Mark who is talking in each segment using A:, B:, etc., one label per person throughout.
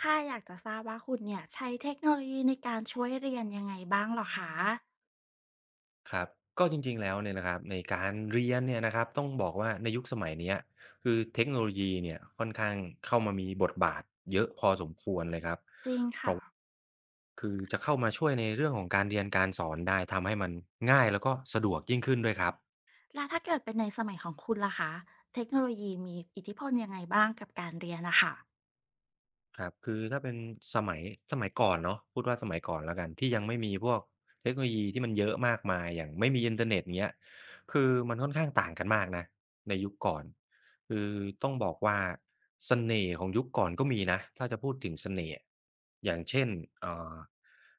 A: ค่ะอยากจะทราบว่าคุณเนี่ยใช้เทคโนโลยีในการช่วยเรียนยังไงบ้างเหรอคะ
B: ครับก็จริงๆแล้วเนี่ยนะครับในการเรียนเนี่ยนะครับต้องบอกว่าในยุคสมัยเนี้ยคือเทคโนโลยีเนี่ยค่อนข้างเข้ามามีบทบาทเยอะพอสมควรเลยครับ
A: จริงค่ะ
B: คือจะเข้ามาช่วยในเรื่องของการเรียนการสอนได้ทำให้มันง่ายแล้วก็สะดวกยิ่งขึ้นด้วยครับ
A: แล้วถ้าเกิดเป็นในสมัยของคุณล่ะคะเทคโนโลยีมีอิทธิพลยังไงบ้างกับการเรียนนะคะ
B: ครับคือถ้าเป็นสมัยสมัยก่อนเนาะพูดว่าสมัยก่อนแล้วกันที่ยังไม่มีพวกเทคโนโลยีที่มันเยอะมากมายอย่างไม่มีอินเทอร์เน็ตอย่างเงี้ยคือมันค่อนข้างต่างกันมากนะในยุคก่อนคือต้องบอกว่าเสน่ห์ของยุคก่อนก็มีนะถ้าจะพูดถึงเสน่ห์อย่างเช่นเอ่อ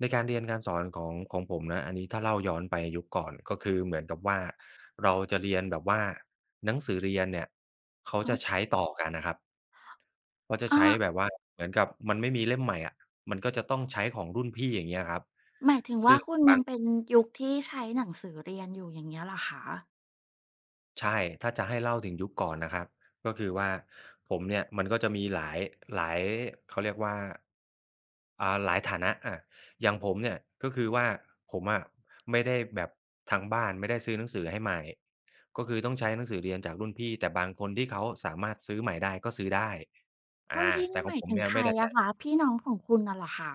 B: ในการเรียนการสอนของผมนะอันนี้ถ้าเล่าย้อนไปยุคก่อนก็คือเหมือนกับว่าเราจะเรียนแบบว่าหนังสือเรียนเนี่ยเขา
A: ฮะ
B: จะใช้ต่อกันน่ะครับ ก็จะ
A: อา
B: ใช้แบบว่าเหมือนกับมันไม่มีเล่มใหม่อะมันก็จะต้องใช้ของรุ่นพี่อย่างเงี้ยครับ
A: หมายถึง
B: ซึ่
A: ว่า
B: ง
A: คุณ
B: บา
A: ยั
B: ง
A: งเป็นยุคที่ใช้หนังสือเรียนอยู่อย่างเงี้ยเหรอคะ
B: ใช่ถ้าจะให้เล่าถึงยุคก่อนนะครับก็คือว่าผมเนี่ยมันก็จะมีหลายเขาเรียกว่าหลายฐานะอย่างผมเนี่ยก็คือว่าผมอะไม่ได้แบบทางบ้านไม่ได้ซื้อหนังสือให้ใหม่ก็คือต้องใช้หนังสือเรียนจากรุ่นพี่แต่บางคนที่เขาสามารถซื้อใหม่ได้ก็ซื้อได้
A: รุ่นพี่
B: แต่
A: นี่
B: ข
A: ห
B: อง
A: มาย
B: ผม
A: ถึง
B: เนี่ย
A: ใคร
B: ไม่ได้
A: อะคะ
B: ใช้
A: พี่น้องของคุณน่ะเหรอคะ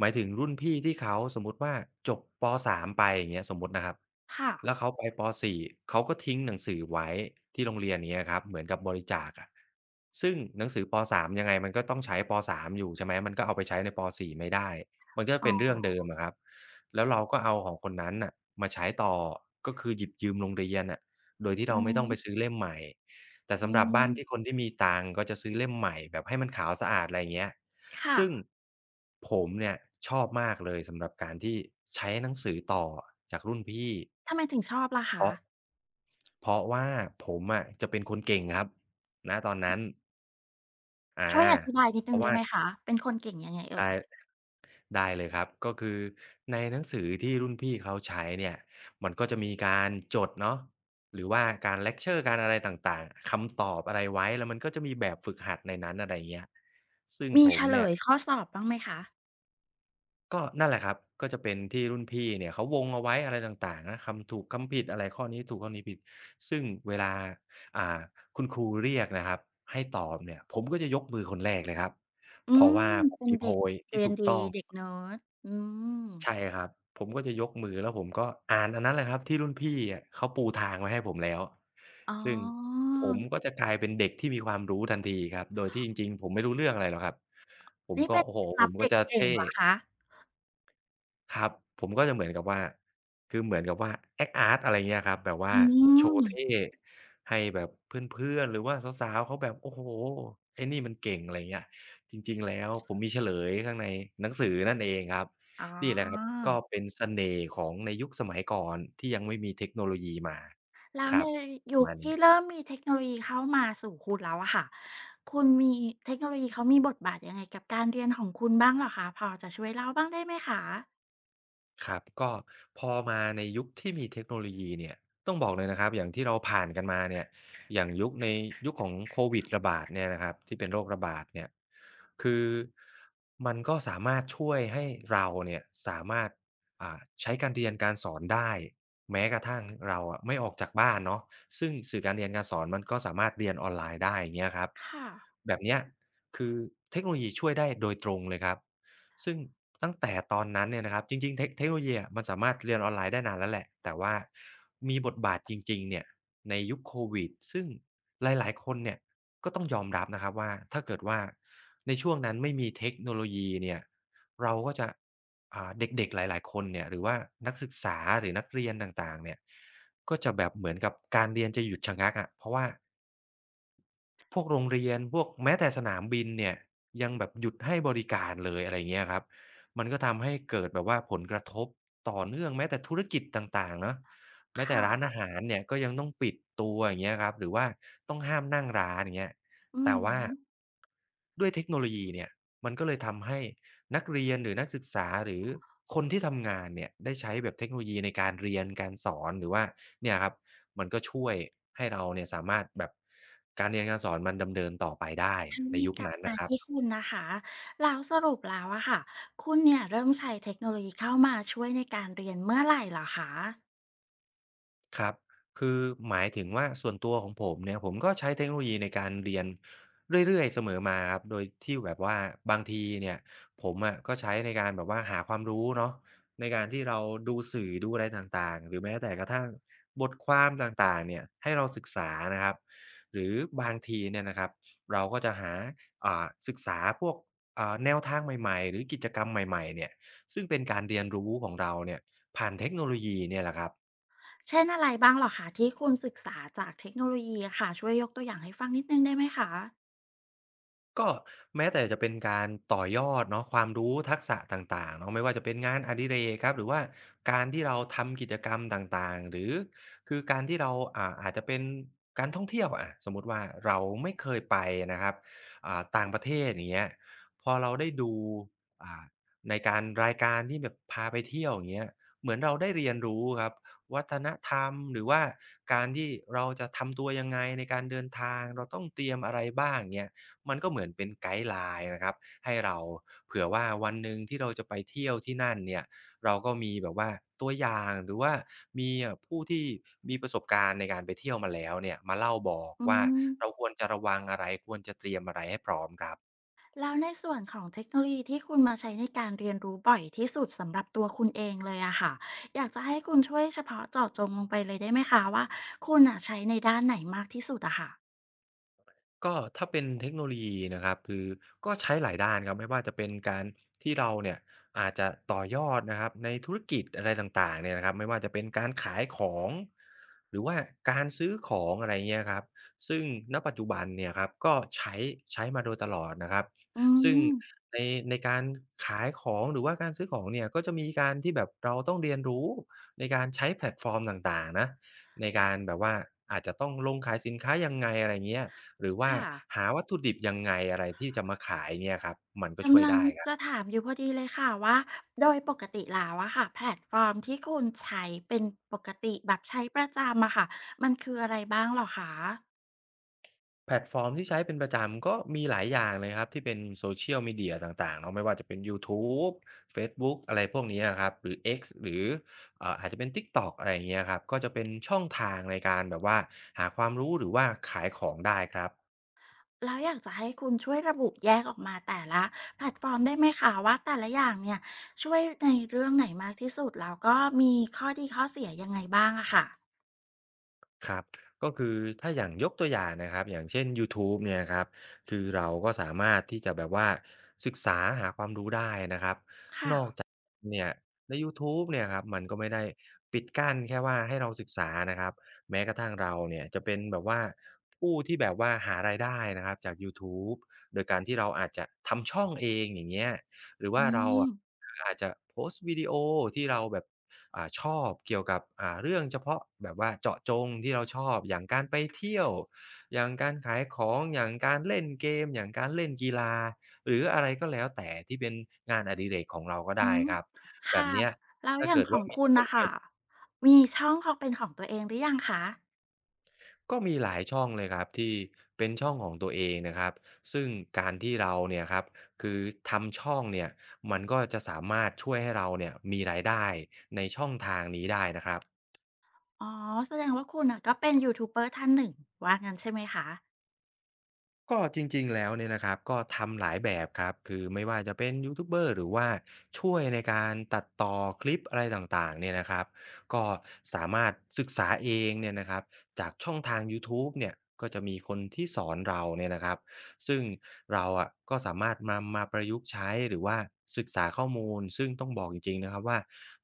B: หมายถึงรุ่นพี่ที่เขาสมมุติว่าจบปสามไปอย่างเงี้ยสมมุตินะครับ
A: ค่ะ
B: แล้วเขาไปปสี่เขาก็ทิ้งหนังสือไว้ที่โรงเรียนอย่างเงี้ยครับเหมือนกับบริจาคอะซึ่งหนังสือปสามยังไงมันก็ต้องใช้ปสามอยู่ใช่ไหมมันก็เอาไปใช้ในปสี่ไม่ได้มันก็
A: อ๋
B: เป็นเรื่อง
A: อ
B: เดิมอะครับแล้วเราก็เอาของคนนั้นน่ะมาใช้ต่อก็คือหยิบยืมโรงเรียนน่ะโดยที่
A: อื
B: เราไม่ต้องไปซื้อ
A: ม
B: เล่มใหม่แต่
A: อื
B: สำหรับบ้านที่คน
A: ม
B: ที่มีตังค์ก็จะซื้อเล่มใหม่แบบให้มันขาวสะอาดอะไรอย่างเงี้ย
A: ค่ะ
B: ซึ่งผมเนี่ยชอบมากเลยสำหรับการที่ใช้หนังสือต่อจากรุ่นพี่
A: ทำไมถึงชอบล่ะ
B: เพ
A: คะ
B: ราะเพราะว่าผมอะจะเป็นคนเก่งครับณตอนนั้นอา
A: ช่วยอธิบายนิด
B: เพ
A: นึง
B: ราะ
A: ได้
B: ว่า
A: ไหมคะเป็นคนเก่งยังไงเอ่ย
B: ได้ได้เลยครับก็คือในหนังสือที่รุ่นพี่เขาใช้เนี่ยมันก็จะมีการจดเนาะหรือว่าการเลกเชอร์การอะไรต่างๆคำตอบอะไรไว้แล้วมันก็จะมีแบบฝึกหัดในนั้นอะไรอย่างเงี้ยซึ่ง
A: มี
B: ผ
A: เฉ
B: ม
A: ล
B: เนี่ย
A: ยข้อสอบบ้างไหมคะ
B: ก็นั่นแหละครับก็จะเป็นที่รุ่นพี่เนี่ยเขาวงเอาไว้อะไรต่างๆนะคำถูกคำผิดอะไรข้อนี้ถูกข้อนี้ผิดซึ่งเวลาอ่าคุณครูเรียกนะครับให้ตอบเนี่ยผมก็จะยกมือคนแรกเลยครับ
A: อื
B: เพราะว่า
A: ม
B: ผม
A: เป็น
B: มีโพ
A: เด็ก
B: ยที่
A: เรียน
B: ถูก
A: ดี
B: ต้อง
A: เด็กเนิร์ดอืม
B: ใช่ครับผมก็จะยกมือแล้วผมก็อ่านอันนั้นแหละครับที่รุ่นพี่อะเขาปูทางไว้ให้ผมแล้ว
A: อ๋
B: ซึ่ง
A: อ
B: ผมก็จะกลายเป็นเด็กที่มีความรู้ทันทีครับโดยที่จริงๆผมไม่รู้เรื่องอะไรหรอกครับผม
A: นี่
B: ก็
A: เป็น
B: โอ้โฮ
A: เคล็ด
B: ผ
A: ลับ
B: มก็
A: เด็ก
B: จะ
A: เก่ง
B: เท่
A: เหรอคะ
B: ครับผมก็จะเหมือนกับว่าคือเหมือนกับว่า act art อะไรเงี้ยครับแบบว่า
A: อื
B: โชว์เท่
A: ม
B: ให้แบบเพื่อนๆหรือว่าสาวๆเขาแบบโอ้โฮไอ้นี่มันเก่งอะไรเงี้ยจริงๆแล้วผมมีเฉลยข้างในหนังสือนั่นเองครับ
A: อ๋อ
B: นี่แหละครับก็เป็นเสน่ห์ของในยุคสมัยก่อนที่ยังไม่มีเทคโนโลยีมา
A: แล้ว
B: ครั
A: ใน
B: บประ
A: ยุค
B: มาณนี้
A: ที่เริ่มมีเทคโนโลยีเข้ามาสู่คุณแล้วอะค่ะคุณมีเทคโนโลยีเขามีบทบาทยังไงกับการเรียนของคุณบ้างเหรอคะพอจะช่วยเล่าบ้างได้ไหมคะ
B: ครับก็พอมาในยุคที่มีเทคโนโลยีเนี่ยต้องบอกเลยนะครับอย่างที่เราผ่านกันมาเนี่ยอย่างยุคในยุคของโควิดระบาดเนี่ยนะครับที่เป็นโรคระบาดเนี่ยคือมันก็สามารถช่วยให้เราเนี่ยสามารถใช้การเรียนการสอนได้แม้กระทั่งเราอะไม่ออกจากบ้านเนาะซึ่งสื่อการเรียนการสอนมันก็สามารถเรียนออนไลน์ได้อย่างเงี้ยครับ
A: ค่ะ
B: แบบเนี้ยคือเทคโนโลยีช่วยได้โดยตรงเลยครับ ซึ่งตั้งแต่ตอนนั้นเนี่ยนะครับจริงๆเทคโนโลยีอะมันสามารถเรียนออนไลน์ได้นานแล้วแหละแต่ว่ามีบทบาทจริงๆเนี่ยในยุคโควิดซึ่งหลายๆคนเนี่ยก็ต้องยอมรับนะครับว่าถ้าเกิดว่าในช่วงนั้นไม่มีเทคโนโลยีเนี่ยเราก็จะเด็กๆหลายๆคนเนี่ยหรือว่านักศึกษาหรือนักเรียนต่างๆเนี่ยก็จะแบบเหมือนกับการเรียนจะหยุดชะงักอะเพราะว่า พวกโรงเรียนพวกแม้แต่สนามบินเนี่ยยังแบบหยุดให้บริการเลยอะไรอย่างเงี้ยครับมันก็ทำให้เกิดแบบว่าผลกระทบต่อเนื่องแม้แต่ธุรกิจต่างๆเนาะแม้แต่ร้าน
A: ค่ะ
B: อาหารเนี่ยก็ยังต้องปิดตัวอย่างเงี้ยครับหรือว่าต้องห้ามนั่งร้านอย่างเงี้ย
A: อื
B: แต่
A: อฮึ
B: ว่าด้วยเทคโนโลยีเนี่ยมันก็เลยทำให้ นักเรียนหรือนักศึกษาหรือคนที่ทำงานเนี่ยได้ใช้แบบเทคโนโลยีในการเรียนการสอนหรือว่าเนี่ยครับมันก็ช่วยให้เราเนี่ยสามารถแบบการเรียนการสอนมันดำเนินต่อไปได้
A: อัน
B: ใน
A: นี้
B: ยุค
A: กลับ
B: นั้น
A: มา
B: นะครั
A: ที่
B: บ
A: คุณนะคะแล้วสรุปแล้วอะค่ะคุณเนี่ยเริ่มใช้เทคโนโลยีเข้ามาช่วยในการเรียนเมื่อไหร่เหรอคะ
B: ครับคือหมายถึงว่าส่วนตัวของผมเนี่ยผมก็ใช้เทคโนโลยีในการเรียนเรื่อยๆเสมอมาครับโดยที่แบบว่าบางทีเนี่ยผมอะก็ใช้ในการแบบว่าหาความรู้เนาะในการที่เราดูสื่อดูอะไรต่างๆหรือแม้แต่กระทั่งบทความต่างๆเนี่ยให้เราศึกษานะครับหรือบางทีเนี่ยนะครับเราก็จะหาศึกษาพวกแนวทางใหม่ๆหรือกิจกรรมใหม่ๆเนี่ยซึ่งเป็นการเรียนรู้ของเราเนี่ยผ่านเทคโนโลยีเนี่ยแหละครับ
A: เช่นอะไรบ้างเหรอคะที่คุณศึกษาจากเทคโนโลยีอะค่ะช่วยยกตัวอย่างให้ฟังนิดนึงได้ไหมคะ
B: ก็แม้แต่จะเป็นการต่อยอดเนาะความรู้ทักษะต่างๆเนาะไม่ว่าจะเป็นงานอดิเรกครับหรือว่าการที่เราทำกิจกรรมต่างๆหรือคือการที่เราอาจจะเป็นการท่องเที่ยวอะสมมุติว่าเราไม่เคยไปนะครับต่างประเทศอย่างเงี้ยพอเราได้ดูอ่าในการรายการที่แบบพาไปเที่ยวอย่างเงี้ยเหมือนเราได้เรียนรู้ครับวัฒนธรรมหรือว่าการที่เราจะทำตัวยังไงในการเดินทางเราต้องเตรียมอะไรบ้างเงี้ย มันก็เหมือนเป็นไกด์ไลน์นะครับให้เราเผื่อว่าวันหนึ่งที่เราจะไปเที่ยวที่นั่นเนี่ยเราก็มีแบบว่าตัวอย่างหรือว่ามีผู้ที่มีประสบการณ์ในการไปเที่ยวมาแล้วเนี่ยมาเล่าบอก
A: อื
B: ว่าเรา
A: ม
B: ควรจะระวังอะไรควรจะเตรียมอะไรให้พร้อมครับ
A: แล้วในส่วนของเทคโนโลยีที่คุณมาใช้ในการเรียนรู้บ่อยที่สุดสำหรับตัวคุณเองเลยอะค่ะอยากจะให้คุณช่วยเฉพาะเจาะจงลงไปเลยได้ไหมคะว่าคุณน่ะใช้ในด้านไหนมากที่สุดอะค่ะ
B: ก็ถ้าเป็นเทคโนโลยีนะครับคือก็ใช้หลายด้านครับไม่ว่าจะเป็นการที่เราเนี่ยอาจจะต่อยอดนะครับในธุรกิจอะไรต่างๆเนี่ยนะครับไม่ว่าจะเป็นการขายของหรือว่าการซื้อของอะไรเงี้ยครับซึ่งณปัจจุบันเนี่ยครับก็ใช้มาโดยตลอดนะครับ
A: อื
B: ซึ่ง
A: ม
B: ในในการขายของหรือว่าการซื้อของเนี่ยก็จะมีการที่แบบเราต้องเรียนรู้ในการใช้แพลตฟอร์มต่างๆนะในการแบบว่าอาจจะต้องลงขายสินค้ายังไงอะไรเงี้ย หรือว่า
A: ค่ะ
B: หาวัตถุดิบยังไงอะไรที่จะมาขายเนี่ยครับมันก็ช่วย
A: กำลัง
B: ได้ครั
A: จะ
B: บ
A: ถามอยู่พอดีเลยค่ะว่าโดยปกติแล้วอะค่ะแพลตฟอร์มที่คุณใช้เป็นปกติแบบใช้ประจำอะค่ะมันคืออะไรบ้างเหรอคะ
B: แพลตฟอร์มที่ใช้เป็นประจำก็มีหลายอย่างเลยครับที่เป็น Social Media ต่างๆเนาะไม่ว่าจะเป็นยูทูบเฟซบุ๊กอะไรพวกนี้ครับหรือ X หรืออาจจะเป็น TikTok อะไรอย่างเงี้ยครับก็จะเป็นช่องทางในการแบบว่าหาความรู้หรือว่าขายของได้ครับ
A: แล้วอยากจะให้คุณช่วยระบุแยกออกมาแต่ละแพลตฟอร์มได้ไหมคะว่าแต่ละอย่างเนี่ยช่วยในเรื่องไหนมากที่สุดแล้วก็มีข้อดีข้อเสียยังไงบ้างอะค่ะ
B: ครับก็คือถ้าอย่างยกตัวอย่างนะครับอย่างเช่นยูทูบเนี่ยครับคือเราก็สามารถที่จะแบบว่าศึกษาหาความรู้ได้นะครับ
A: ค่ะ
B: เนี่ยในยูทูบเนี่ยครับมันก็ไม่ได้ปิดกั้นแค่ว่าให้เราศึกษานะครับแม้กระทั่งเราเนี่ยจะเป็นแบบว่าผู้ที่แบบว่าหารายได้นะครับจากยูทูบโดยการที่เราอาจจะทำช่องเองอย่างเงี้ยหรือ
A: อื
B: ว่าเรา
A: ม
B: อะคืออาจจะโพสต์วิดีโอที่เราแบบชอบเกี่ยวกับเรื่องเฉพาะแบบว่าเจาะจงที่เราชอบอย่างการไปเที่ยวอย่างการขายของอย่างการเล่นเกมอย่างการเล่นกีฬาหรืออะไรก็แล้วแต่ที่เป็นงานอดิเรกของเราก็
A: อื
B: ได้
A: ม
B: ครับ แบบ
A: ค่ะ
B: เนี้ย
A: แล้ว
B: ถ้า
A: อย่าง
B: เกิด
A: ขอ
B: ว่า
A: ง
B: มี
A: คุณ
B: ค
A: น่ะ
B: น
A: ค่ะมีช่องของเป็นของตัวเองหรือยังคะ
B: ก็มีหลายช่องเลยครับที่เป็นช่องของตัวเองนะครับซึ่งการที่เราเนี่ยครับคือทำช่องเนี่ยมันก็จะสามารถช่วยให้เราเนี่ยมีรายได้ในช่องทางนี้ได้นะครับ
A: อ๋อแสดงว่าคุณน่ะก็เป็นยูทูบเบอร์ท่านหนึ่งว่างั้นใช่ไหมคะ
B: ก็จริงๆ แล้วเนี่ยนะครับก็ทำหลายแบบครับคือไม่ว่าจะเป็นยูทูบเบอร์หรือว่าช่วยในการตัดต่อคลิปอะไรต่างๆเนี่ยนะครับก็สามารถศึกษาเองเนี่ยนะครับจากช่องทางยูทูบเนี่ยก็จะมีคนที่สอนเราเนี่ยนะครับซึ่งเราอะก็สามารถนำมาประยุกต์ใช้หรือว่าศึกษาข้อมูลซึ่งต้องบอกจริงๆนะครับว่า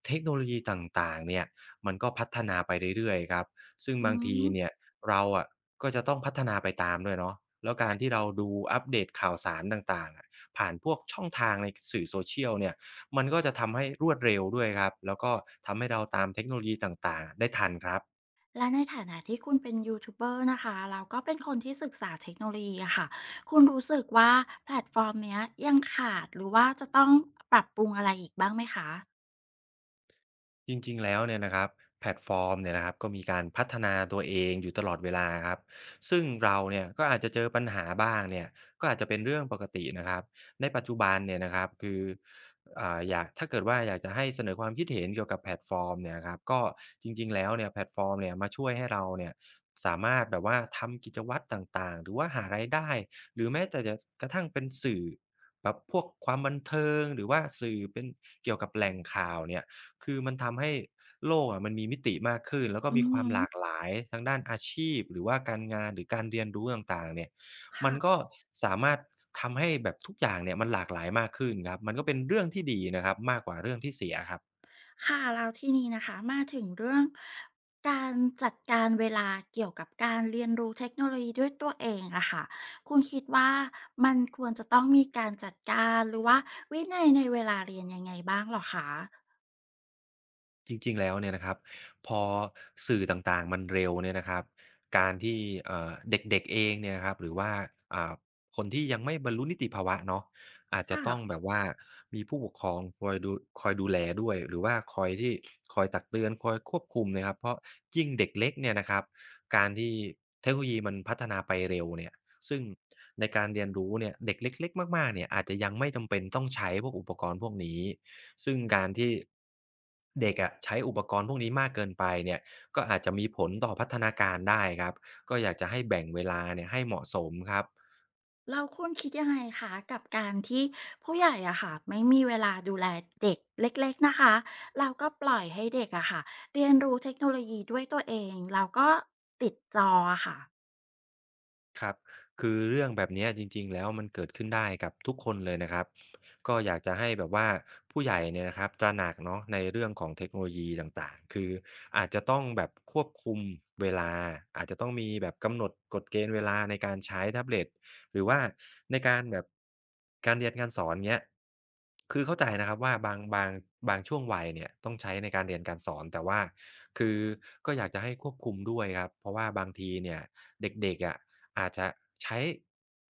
B: เทคโนโลยีต่างๆเนี่ยมันก็พัฒนาไปเรื่อยๆครับซึ่ง
A: อื
B: บางที
A: ม
B: เนี่ย เราอะก็จะต้องพัฒนาไปตามด้วยเนาะแล้วการที่เราดูอัปเดตข่าวสารต่างๆอะผ่านพวกช่องทางในสื่อ Social เนี่ยมันก็จะทำให้รวดเร็วด้วยครับแล้วก็ทำให้เราตามเทคโนโลยีต่างๆอะได้ทันครับ
A: และในฐานะที่คุณเป็นยูทูบเบอร์นะคะแล้วก็เป็นคนที่ศึกษาเทคโนโลยีอะค่ะคุณรู้สึกว่าแพลตฟอร์มเนี้ยยังขาดหรือว่าจะต้องปรับปรุงอะไรอีกบ้างไหมคะ
B: จริงๆแล้วเนี่ยนะครับแพลตฟอร์มเนี่ยนะครับก็มีการพัฒนาตัวเองอยู่ตลอดเวลาครับซึ่งเราเนี่ยก็อาจจะเจอปัญหาบ้างเนี่ยก็อาจจะเป็นเรื่องปกตินะครับในปัจจุบันเนี่ยนะครับคืออยากถ้าเกิดว่าอยากจะให้เสนอความคิดเห็นเกี่ยวกับแพลตฟอร์มเนี่ยนะครับก็จริงๆแล้วเนี่ยแพลตฟอร์มเนี่ยมาช่วยให้เราเนี่ยสามารถแบบว่าทำกิจวัตรต่างๆหรือว่าหารายได้หรือแม้แต่จะกระทั่งเป็นสื่อแบบพวกความบันเทิงหรือว่าสื่อเป็นเกี่ยวกับแหล่งข่าวเนี่ย คือมันทำให้โลกอะมันมีมิติมากขึ้นแล้วก็
A: อือ
B: มีค
A: ฮึ
B: วามหลากหลายทางด้านอาชีพหรือว่าการงานหรือการเรียนรู้ต่างๆเนี่ยมันก็
A: ค่ะ
B: สามารถทำให้แบบทุกอย่างเนี่ยมันหลากหลายมากขึ้นครับมันก็เป็นเรื่องที่ดีนะครับมากกว่าเรื่องที่เสียครับ
A: ค่ะแล้วที่นี้นะคะมาถึงเรื่องการจัดการเวลาเกี่ยวกับการเรียนรู้เทคโนโลยีด้วยตัวเองอะค่ะคุณคิดว่ามันควรจะต้องมีการจัดการหรือว่าวินัยในเวลาเรียนยังไงบ้างเหรอคะ
B: จริงๆแล้วเนี่ยนะครับพอสื่อต่างๆมันเร็วเนี่ยนะครับการที่เด็กๆเองเนี่ยนะครับหรือว่าอ่าคนที่ยังไม่บรรลุนิติภาวะเนาะอาจจะต้อ
A: ค่ะ
B: งแบบว่ามีผู้ปกครองคอยดูคอยดูแลด้วยหรือว่าคอยที่คอยตักเตือนคอยควบคุมนะครับเพราะยิ่งเด็กเล็กเนี่ยนะครับการที่เทคโนโลยีมันพัฒนาไปเร็วเนี่ยซึ่งในการเรียนรู้เนี่ยเด็กเล็กๆมากๆเนี่ยอาจจะยังไม่จำเป็นต้องใช้พวกอุปกรณ์พวกนี้ ซึ่งการที่เด็กอะใช้อุปกรณ์พวกนี้มากเกินไปเนี่ยก็อาจจะมีผลต่อพัฒนาการได้ครับก็อยากจะให้แบ่งเวลาเนี่ยให้เหมาะสมครับ
A: เราคุณคิดยังไงคะกับการที่ผู้ใหญ่อะค่ะไม่มีเวลาดูแลเด็กเล็กๆนะคะเราก็ปล่อยให้เด็กอะค่ะเรียนรู้เทคโนโลยีด้วยตัวเองเราก็ติดจออะค่ะ
B: ครับคือเรื่องแบบเนี้ยจริงๆแล้วมันเกิดขึ้นได้กับทุกคนเลยนะครับก็อยากจะให้แบบว่าผู้ใหญ่เนี่ยนะครับตระหนักเนาะในเรื่องของเทคโนโลยีต่างๆคืออาจจะต้องแบบควบคุมเวลาอาจจะต้องมีแบบกำหนดกฎเกณฑ์เวลาในการใช้แท็บเล็ตหรือว่าในการแบบการเรียนการสอนเงี้ยคือเข้าใจนะครับว่าบางช่วงวัยเนี่ยต้องใช้ในการเรียนการสอนแต่ว่าคือก็อยากจะให้ควบคุมด้วยครับเพราะว่าบางทีเนี่ยเด็กๆอะ อาจจะใช้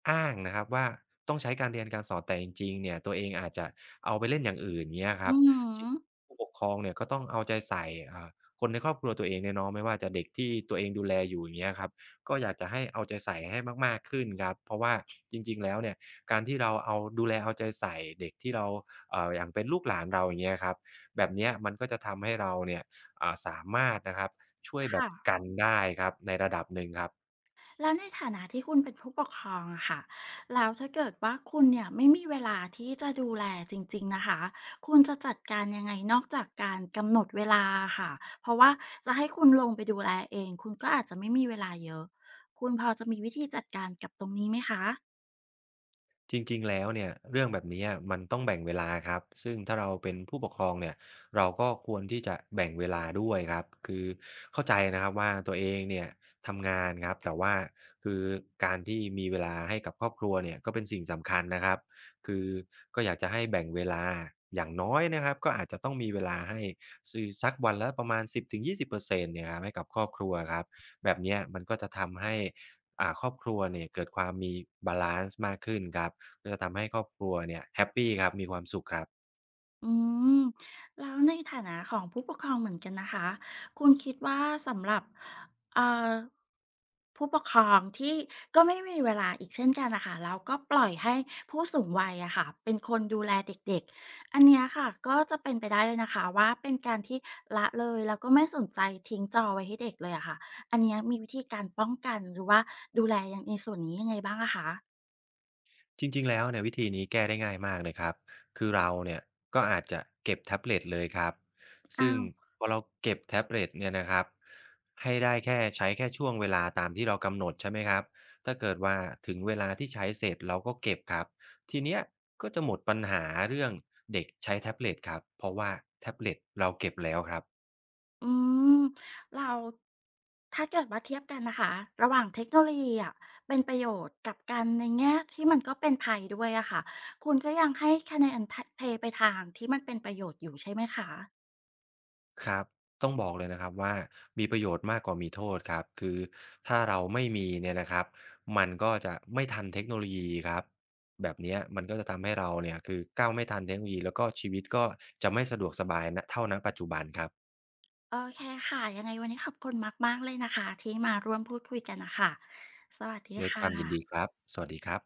B: อ้างนะครับว่าต้องใช้การเรียนการสอนแต่จริงๆเนี่ยตัวเองอาจจะเอาไปเล่นอย่างอื่นเงี้ยค
A: อื
B: รับจริง
A: ม
B: ผู้ปกครองเนี่ยก็ต้องเอาใจใส่อ่าคนในครอบครัวตัวเองเนี่ยเนาะไม่ว่าจะเด็กที่ตัวเองดูแลอยู่อย่างเงี้ยครับก็อยากจะให้เอาใจใส่ให้มากๆขึ้นครับเพราะว่าจริงๆแล้วเนี่ยการที่เราเอาดูแลเอาใจใส่เด็กที่เราอย่างเป็นลูกหลานเราอย่างเงี้ยครับแบบเนี้ยมันก็จะทำให้เราเนี่ยสามารถนะครับช่วยแบบ
A: ค่ะ
B: กันได้ครับในระดับหนึ่งครับ
A: แล้วในฐานะที่คุณเป็นผู้ปกครองอะค่ะ แล้วถ้าเกิดว่าคุณเนี่ยไม่มีเวลาที่จะดูแลจริงๆนะคะ คุณจะจัดการยังไงนอกจากการกำหนดเวลาค่ะ เพราะว่าจะให้คุณลงไปดูแลเอง คุณก็อาจจะไม่มีเวลาเยอะ คุณพอจะมีวิธีจัดการกับตรงนี้ไหมคะ
B: จริงๆแล้วเนี่ยเรื่องแบบนี้อะมันต้องแบ่งเวลาครับซึ่งถ้าเราเป็นผู้ปกครองเนี่ยเราก็ควรที่จะแบ่งเวลาด้วยครับคือเข้าใจนะครับว่าตัวเองเนี่ยทำงานครับแต่ว่าคือการที่มีเวลาให้กับครอบครัวเนี่ยก็เป็นสิ่งสำคัญนะครับคือก็อยากจะให้แบ่งเวลาอย่างน้อยนะครับก็อาจจะต้องมีเวลาให้สื่อสักวันละประมาณ10-20%เปอร์เซ็นต์เนี่ยครับให้กับครอบครัวครับแบบเนี้ยมันก็จะทำให้ครอบครัวเนี่ยเกิดความมีบาลันซ์มากขึ้นครับ ก็จะทำให้ครอบครัวเนี่ยแฮปปีครับมีความสุขครับ
A: อืมแล้วในฐานะของผู้ปกครองเหมือนกันนะคะคุณคิดว่าสำหรับเอ่อผู้ปกครองที่ก็ไม่มีเวลาอีกเช่นกันนะคะแล้วก็ปล่อยให้ผู้สูงวัยอะค่ะเป็นคนดูแลเด็กๆอันเนี้ยค่ะก็จะเป็นไปได้เลยนะคะว่าเป็นการที่ละเลยแล้วก็ไม่สนใจทิ้งจอไว้ให้เด็กเลยอะค่ะอันเนี้ยมีวิธีการป้องกันหรือว่าดูแลอยังในส่วนนี้ยังไงบ้างอะคะ
B: จริงๆแล้วเนี่ยวิธีนี้แก้ได้ง่ายมากเลยครับคือเราเนี่ยก็อาจจะเก็บแท็บเล็ตเลยครับ
A: อ้า
B: ซึ่ง
A: ว
B: พอเราเก็บแท็บเล็ตเนี่ยนะครับให้ได้แค่ใช้แค่ช่วงเวลาตามที่เรากำหนดใช่ไหมครับถ้าเกิดว่าถึงเวลาที่ใช้เสร็จเราก็เก็บครับทีเนี้ยก็จะหมดปัญหาเรื่องเด็กใช้แท็บเล็ตครับเพราะว่าแท็บเล็ตเราเก็บแล้วครับ
A: อืมเราถ้าเกิดว่าเทียบกันนะคะระหว่างเทคโนโลยีอะเป็นประโยชน์กับการในแง่ที่มันก็เป็นภัยด้วยอะค่ะคุณก็ยังให้คะแนนทะเทไปทางที่มันเป็นประโยชน์อยู่ใช่ไหมคะ
B: ครับต้องบอกเลยนะครับว่ามีประโยชน์มากกว่ามีโทษครับคือถ้าเราไม่มีเนี่ยนะครับมันก็จะไม่ทันเทคโนโลยีครับแบบเนี้ยมันก็จะทำให้เราเนี่ยคือก้าวไม่ทันเทคโนโลยีแล้วก็ชีวิตก็จะไม่สะดวกสบายณเท่าณปัจจุบันครับ
A: โอเคค่ะยังไงวันนี้ขอบคุณมากๆเลยนะคะที่มาร่วมพูดคุยกันน่ะค่ะสวัสดี
B: ด้วยค
A: ค่
B: วามยินดีค
A: ะ
B: รับสวัสดีครับ